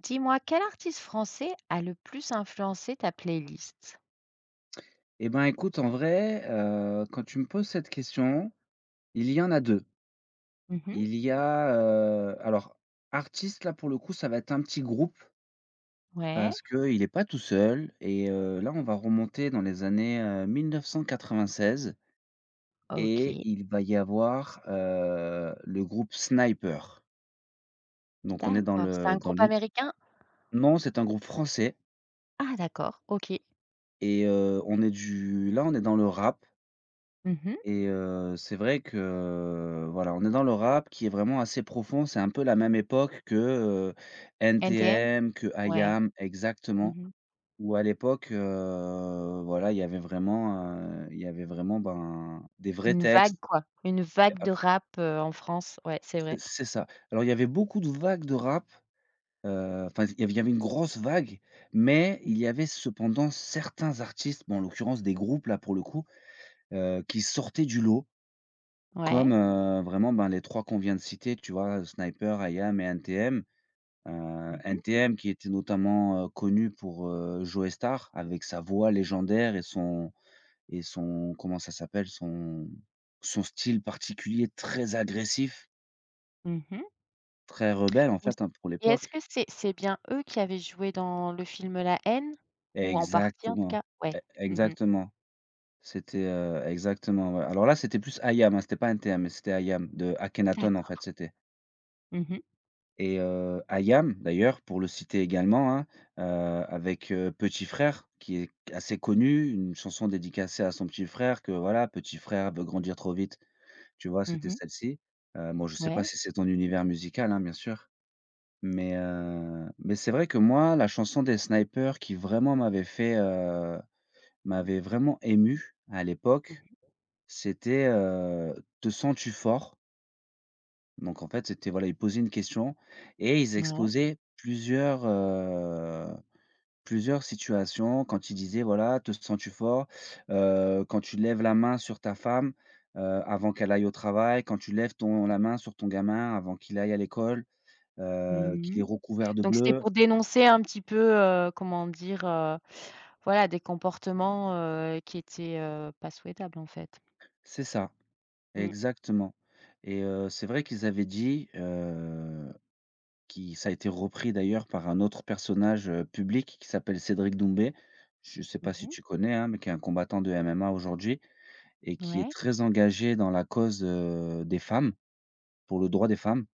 Dis-moi, quel artiste français a le plus influencé ta playlist? Eh ben, écoute, en vrai, quand tu me poses cette question, il y en a deux. Mmh. Il y a, alors, artiste, là, pour le coup, ça va être un petit groupe Ouais, parce qu'il est pas tout seul et là, on va remonter dans les années, 1996 et OK, il va y avoir, le groupe Sniper. Donc on est dans d'accord. C'est le un dans groupe l'u américain? Non, c'est un groupe français Ah d'accord, OK. et on est dans le rap. Mmh mh. Et c'est vrai que, voilà, on est dans le rap qui est vraiment assez profond. C'est un peu la même époque que, NTM? NTM, que Ouais. IAM exactement. Mmh. Où à l'époque, voilà, il y avait vraiment, ben, des vrais Une vague textes. quoi, une Et vague ah, de rap, en France, ouais, c'est c'est vrai. c'est ça. Alors il y avait beaucoup de vagues de rap, enfin il y avait une grosse vague, mais il Mmh. y avait cependant certains artistes, bon en l'occurrence des groupes là pour le coup, qui sortaient du lot. Comme, Ouais. Vraiment, ben, les 3 qu'on vient de citer, tu vois? Sniper, IAM et NTM. Mmh mh. NTM qui était notamment, connu pour, Joey Starr avec sa voix légendaire et son comment ça s'appelle? Son style particulier très agressif, Mmh. très rebelle, en Il me s fait, hein, pour Et est-ce l'époque. que c'est bien eux qui avaient joué dans le film La Haine? Ou en partie en tout Exactement, cas? Ouais. e Mmh. exactement. Exactement, ouais. Alors là, c'était plus IAM, hein, c'était pas NTM, mais c'était IAM de Akhenaton, en fait, D'accord. c'était. Mmh mh. Et Hayam d'ailleurs, pour le citer également, hein, heu, avec, Petit Frère qui est assez connu, une chanson dédicacée à son petit frère que voilà, petit frère veut grandir trop vite, tu vois? C'était Mmh. celle-ci. Bon, je sais pas Ouais. si c'est ton univers musical, hein, bien sûr, mais c'est vrai que moi, la chanson des Snipers qui vraiment m'avait vraiment ému à l'époque, Mmh. c'était, Te sens-tu fort? Donc en fait, c'était voilà, ils posaient une question et ils Ouais. exposaient plusieurs situations quand ils disaient voilà: «Te sens-tu fort? Quand tu lèves la main sur ta femme, avant qu'elle aille au travail, quand tu lèves ton la main sur ton gamin avant qu'il aille à l'école, qu'il est Mmh. recouvert de Donc c'était bleu». pour dénoncer un petit peu, comment dire? Voilà des comportements, qui étaient, pas souhaitables en fait. C'est ça, Mmh. exactement. Et c'est vrai qui ça a été repris d'ailleurs par un autre personnage, public qui s'appelle Cédric Doumbé. Je ne sais pas Mmh si mh. tu connais, hein, mais qui est un combattant de MMA aujourd'hui et qui est Ouais, très engagé dans la cause, des femmes, pour le droit des femmes.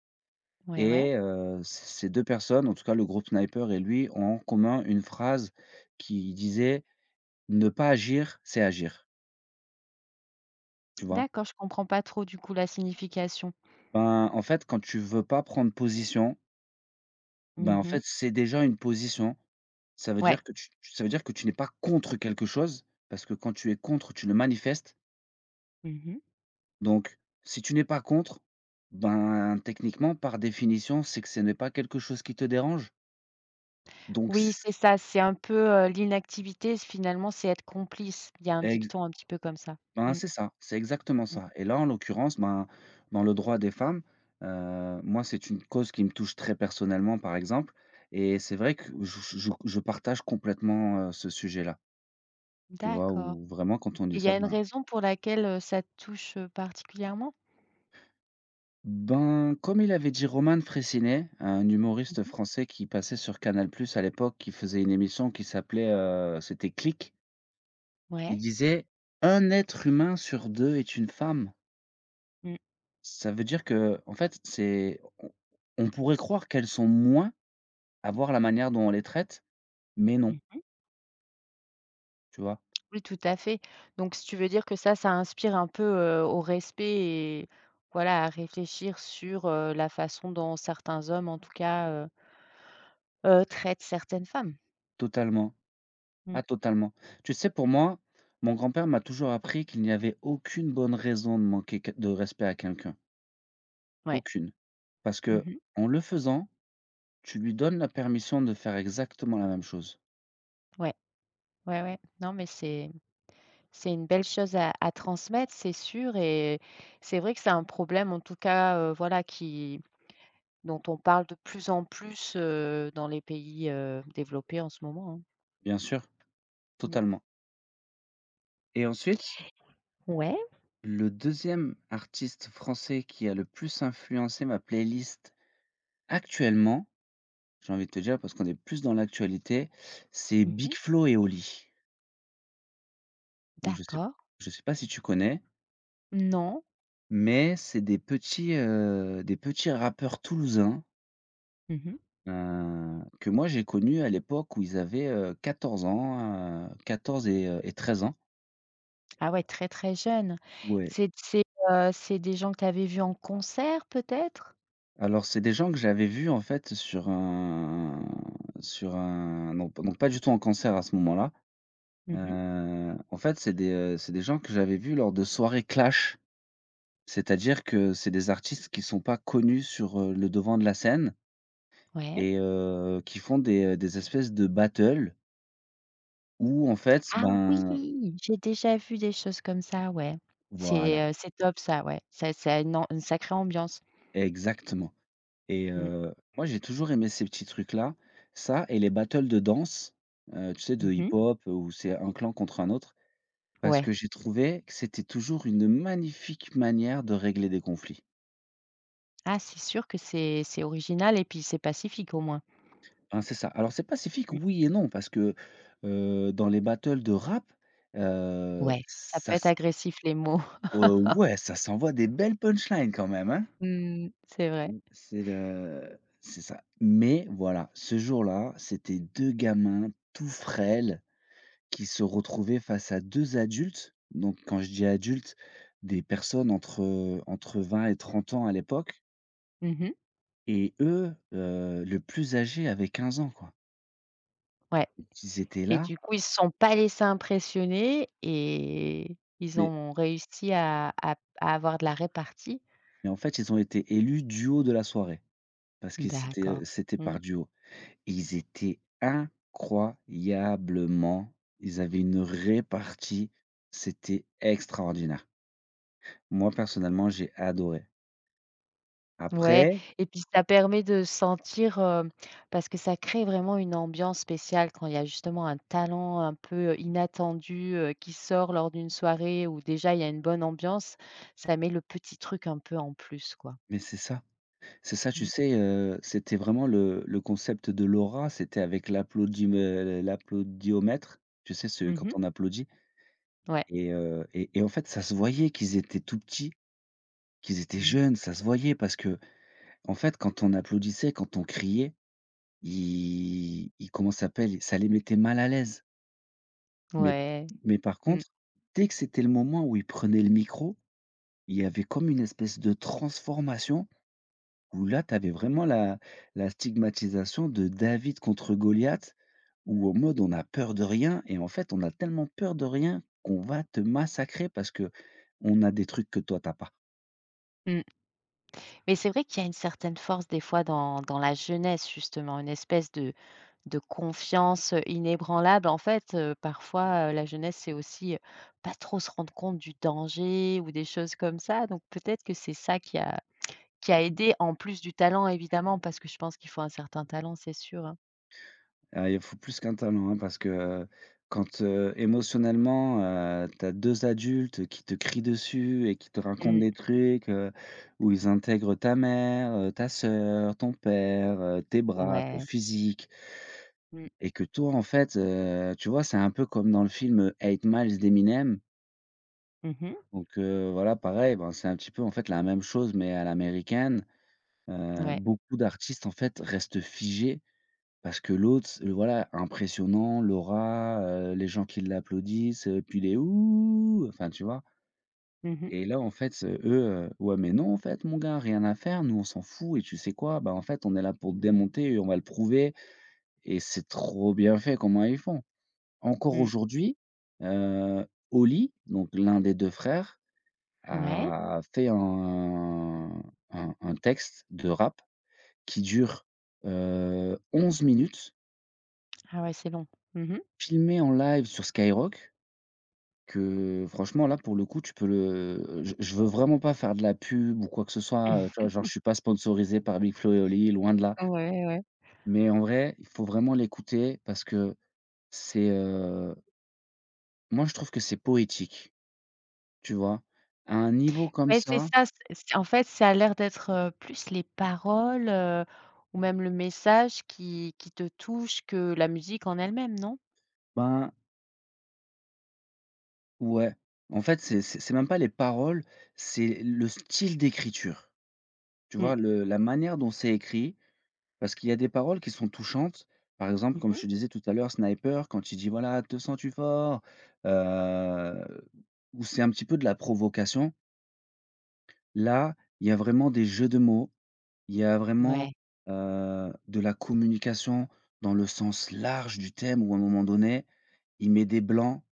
ouais, ouais. Et c ces 2 personnes, en tout cas le groupe Sniper et lui, ont en commun une phrase qui disait: «Ne pas agir, c'est agir», tu vois? D'accord, je comprends pas trop du coup la signification. Ben, en fait, quand tu veux pas prendre position, ben, Mmh en fait, mh. c'est déjà une position. Ouais. Ça veut dire que tu n'es pas contre quelque chose, parce que quand tu es contre, tu le manifestes. Mmh mh. Donc, si tu n'es pas contre, ben, techniquement, par définition, c'est que ce n'est pas quelque chose qui te dérange. Donc Oui, c'est c ça, c'est un peu, l'inactivité s finalement, c'est être complice. Il y a un ex dicton un petit peu comme ça. Ben, Mmh. c'est ça, c'est exactement Mmh. ça. Et là, en l'occurrence, ben, dans le droit des femmes, moi, c'est une cause qui me touche très personnellement, par exemple. Et c'est vrai que je partage complètement, ce sujet-là. Tu vois? D'accord. Où vraiment quand on Et dit il y ça, a une ben. raison pour laquelle, ça te touche, particulièrement? Ben, comme il avait dit Roman Frécinet, un Mmh humoriste mh. français qui passait sur Canal+ à l'époque, qui faisait une émission qui s'appelait, c'était Clique. Il Ouais. disait: «un être humain sur 2 est une femme». Mmh. Ça veut dire que en fait, c'est on pourrait croire qu'elles sont moins à voir la manière dont on les traite, mais non, Mmh. tu vois? Oui, tout à fait. Donc, si tu veux dire que ça inspire un peu, au respect et voilà, à réfléchir sur, la façon dont certains hommes, en tout cas, traitent certaines femmes. Totalement. Mmh, Ah totalement. Tu sais, pour moi, mon grand-père m'a toujours appris qu'il n'y avait aucune bonne raison de manquer que de respect à quelqu'un, ouais. aucune. Parce que Mmh. en le faisant, tu lui donnes la permission de faire exactement la même chose. Ouais, ouais, ouais. Non, mais c'est une belle chose à transmettre, c'est sûr et c'est vrai que c'est un problème, en tout cas, voilà, qui dont on parle de plus en plus, dans les pays, développés en ce moment, hein. Bien sûr, Mmh. totalement. Et ensuite, Ouais. le deuxième artiste français qui a le plus influencé ma playlist actuellement, j'ai envie de te dire parce qu'on est plus dans l'actualité, c'est Big Mmh. Flo et Oli. Donc je sais D'accord. je sais pas si tu connais, Non. mais c'est des petits rappeurs toulousains, Mmh. Que moi j'ai connus à l'époque où ils avaient, 14 ans, 14 et 13 ans. Ah ouais, très, très jeune. Ouais. C'est c'est, c'est des gens que tu avais vus en concert peut-être? Alors, c'est des gens que j'avais vus, en fait, sur un non p donc pas du tout en concert à ce moment-là. Mmh. En fait, c'est des gens que j'avais vus lors de soirées clash. C'est-à-dire que c'est des artistes qui sont pas connus sur, le devant de la scène Ouais. et qui font des espèces de battles où, en fait, Ah oui! ben J'ai déjà vu des choses comme ça, ouais. voilà, C'est top ça, ouais. Ça a une sacrée ambiance. exactement. Et Mmh. Moi, j'ai toujours aimé ces petits trucs-là. Ça et les battles de danse, tu sais, de Mmh. hip-hop, où c'est un clan contre un autre. Parce Ouais. que j'ai trouvé que c'était toujours une magnifique manière de régler des conflits. Ah, c'est sûr que c'est original et puis c'est pacifique au moins. Hein, c'est ça. Alors c'est pacifique, Mmh. oui et non, parce que, dans les battles de rap, Ouais, ça ça peut être s agressif les mots. Ouais, ça s'envoie des belles punchlines quand même, hein? Mmh, c'est vrai. Mmh, c'est ça. Mais voilà, ce jour-là, c'était 2 gamins tout frêles qui se retrouvaient face à 2 adultes. Donc quand je dis adultes, des personnes entre 20 et 30 ans à l'époque. Mmh. Et eux, le plus âgé avait 15 ans, quoi. Ouais. Donc ils étaient Et là, du coup, ils se sont pas laissés impressionner et ils mais ont réussi à avoir de la répartie. mais en fait, ils ont été élus duo de la soirée parce que D'accord. C'était Mmh. par duo. Et Ils étaient incroyablement ils avaient une répartie, c'était extraordinaire. Moi, personnellement, j'ai adoré. Ouais, Après et puis ça permet de sentir, parce que ça crée vraiment une ambiance spéciale quand il y a justement un talent un peu inattendu, qui sort lors d'une soirée où déjà il y a une bonne ambiance. Ça met le petit truc un peu en plus, quoi. Mais c'est ça, tu Mmh. sais, c'était vraiment le concept de l'aura, c'était avec l'applaudiomètre, tu sais, ce Mmh quand mh. on applaudit. Ouais. Et en fait, ça se voyait qu'ils étaient tout petits, qu'ils étaient Mmh. jeunes, ça se voyait parce que en fait, quand on applaudissait, quand on criait, ils comment ça s'appelle? Ça les mettait mal à l'aise. Mais Ouais. mais par Mmh. contre, dès que c'était le moment où ils prenaient le micro, il y avait comme une espèce de transformation où là, tu avais vraiment la stigmatisation de David contre Goliath, où en mode on a peur de rien et en fait, on a tellement peur de rien qu'on va te massacrer parce que on a des trucs que toi, t'as pas. Mmh. Mais c'est vrai qu'il y a une certaine force des fois dans la jeunesse justement, une espèce de confiance, inébranlable. En fait, parfois, la jeunesse, c'est aussi, pas trop se rendre compte du danger ou des choses comme ça. Donc peut-être que c'est ça qui a aidé en plus du talent évidemment, parce que je pense qu'il faut un certain talent, c'est sûr, hein. Ah, il faut plus qu'un talent, hein, parce que, quand, émotionnellement, tu as 2 adultes qui te crient dessus et qui te racontent Mmh. des trucs, où ils intègrent ta mère, ta sœur, ton père, tes bras, ton Ouais. physique Mmh. et que toi, en fait, tu vois, c'est un peu comme dans le film, Eight 8 Miles d'Eminem. Mmh. Donc, voilà, pareil, ben, c'est un petit peu, en fait, la même chose mais à l'américaine. Ouais. Beaucoup d'artistes, en fait, restent figés parce que l'autre, s voilà, impressionnant, l'aura, les gens qui l'applaudissent, puis les «Ouh!» enfin, tu vois? Mmh mh. Et là, en fait, eux, «Ouais, mais non, en fait, mon gars, rien à faire, nous, on s'en fout et tu sais quoi? Bah, en fait, on est là pour te démonter et on va le prouver», et c'est trop bien fait comment ils font. Encore Mmh. aujourd'hui, heu, Oli, donc l'un des 2 frères, Ouais. a fait un texte de rap qui dure, 11 minutes, Ah ouais, c'est long. Mmh. filmé en live sur Skyrock. Que franchement là, pour le coup, tu peux le je veux vraiment pas faire de la pub ou quoi que ce soit, tu vois? Genre je suis pas sponsorisé par Big Flo et Oli, loin de là. Ouais, ouais. Mais en vrai, il faut vraiment l'écouter parce que c'est, heu, moi je trouve que c'est poétique, tu vois? À un niveau comme Ouais, c'est ça, ça, c'est en fait, ça a l'air d'être, plus les paroles, ou même le message qui te touche que la musique en elle-même, non? ben ouais. En fait, c'est même pas les paroles, c'est le style d'écriture, tu Mmh. vois? Le La manière dont c'est écrit. Parce qu'il y a des paroles qui sont touchantes. Par exemple, comme Mmh. je te disais tout à l'heure, Sniper, quand il dit: «Voilà, te sens-tu fort?» heu, où c'est un petit peu de la provocation. Là, il y a vraiment des jeux de mots, il y a vraiment, Ouais. De la communication dans le sens large du thème où à un moment donné, il met des blancs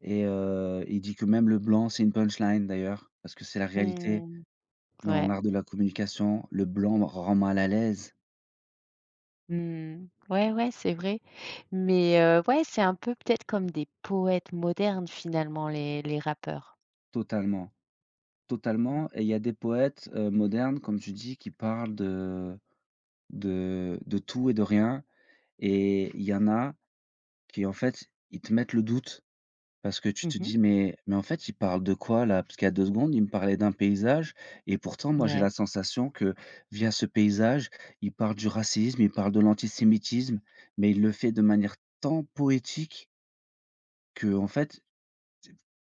et il dit que même le blanc, c'est une punchline d'ailleurs, parce que c'est la réalité Mmh. dans Ouais. l'art de la communication. Le blanc rend mal à l'aise, Mmh. Ouais, ouais, c'est vrai. Mais ouais, c'est un peu peut-être comme des poètes modernes finalement les rappeurs. totalement. Mmh. Totalement. Et il y a des poètes, modernes, comme tu dis, qui parlent de tout et de rien et il y en a qui, en fait, ils te mettent le doute parce que tu te Mmh. dis: «Mais en fait, il parle de quoi là? Parce qu'il y a 2 secondes, il me parlait d'un paysage et pourtant, moi, j'ai Ouais. la sensation que via ce paysage, il parle du racisme, il parle de l'antisémitisme, mais il le fait de manière tant poétique que en fait».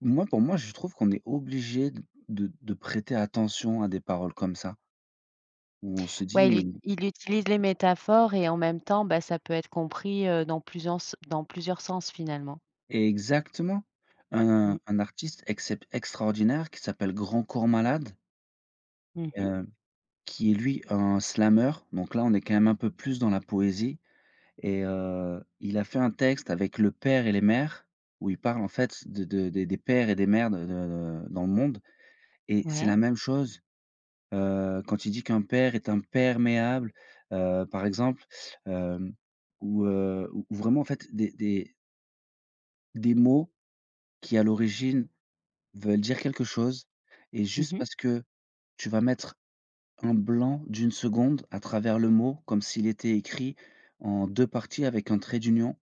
Moi, pour moi, je trouve qu'on est obligé de prêter attention à des paroles comme ça. Où on se dit Ouais, mais il utilise les métaphores et en même temps, bah, ça peut être compris, dans plusieurs s dans plusieurs sens finalement. exactement! Un Mmh. un artiste excep extraordinaire qui s'appelle Grand Corps Malade, Mmh. heu, qui est lui un slameur, donc là on est quand même un peu plus dans la poésie et il a fait un texte avec le père et les mères, où il parle en fait de des pères et des mères dans le monde et c'est Ouais. la même chose, quand il dit qu'un père est imperméable, par exemple, hem, ou vraiment en fait des des mots qui à l'origine veulent dire quelque chose et Mmh juste mh. parce que tu vas mettre un blanc d'une seconde à travers le mot, comme s'il était écrit en 2 parties avec un trait d'union,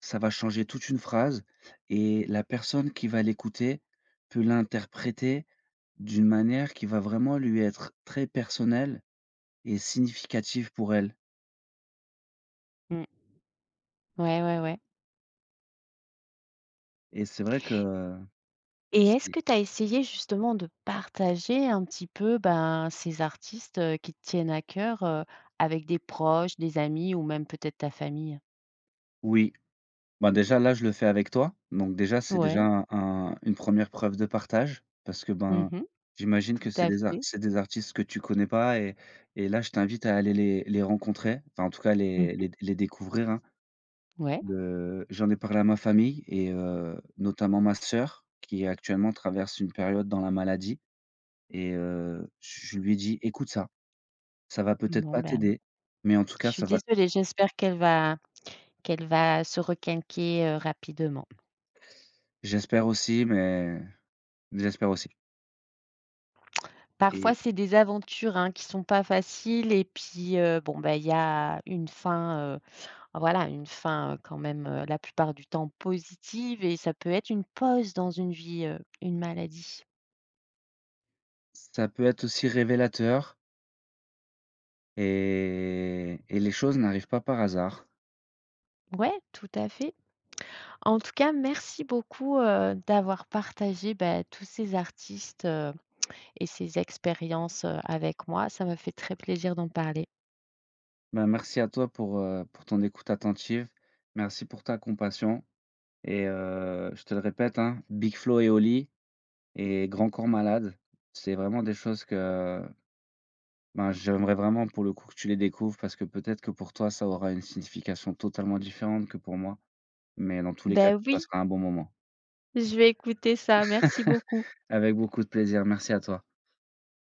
ça va changer toute une phrase et la personne qui va l'écouter peut l'interpréter d'une manière qui va vraiment lui être très personnelle et significative pour elle Mmh. Ouais, ouais, ouais. et c'est vrai que Et est-ce c'est que tu as essayé justement de partager un petit peu, ben, ces artistes, qui te tiennent à cœur, avec des proches, des amis ou même peut-être ta famille? oui. Bah, déjà là, je le fais avec toi, donc déjà, c'est déjà Ouais, un une première preuve de partage parce que, ben, mmh, j'imagine tout que à fait. c'est des artistes que tu connais pas. Et là, je t'invite à aller les rencontrer, enfin, en tout cas, les Mmh. les les découvrir, hein. Ouais, Le J'en ai parlé à ma famille et notamment ma sœur qui actuellement traverse une période dans la maladie. Et je lui ai dit: «Écoute ça, ça va peut-être bon, pas ben, t'aider, mais en tout je cas, suis ça va». désolée, j'espère qu'elle va se requinquer, rapidement. J'espère aussi, j'espère aussi Parfois, et c'est des aventures, hein, qui sont pas faciles et puis, bon, ben, il y a une fin, heu. Voilà, une fin, quand même, la plupart du temps positive et ça peut être une pause dans une vie, une maladie. ça peut être aussi révélateur et les choses n'arrivent pas par hasard. Ouais, tout à fait. En tout cas, merci beaucoup, d'avoir partagé, bah, tous ces artistes, et ces expériences, avec moi. Ça m'a fait très plaisir d'en parler. Ben, merci à toi pour ton écoute attentive. Merci pour ta compassion et je te le répète, hein, Big Flo et Oli et Grand Corps Malade, c'est vraiment des choses que, ben, j'aimerais vraiment pour le coup que tu les découvres parce que peut-être que pour toi, ça aura une signification totalement différente que pour moi, mais dans tous les cas, tu Ben oui, passeras un bon moment. je vais écouter ça. Merci beaucoup. Avec beaucoup de plaisir, merci à toi.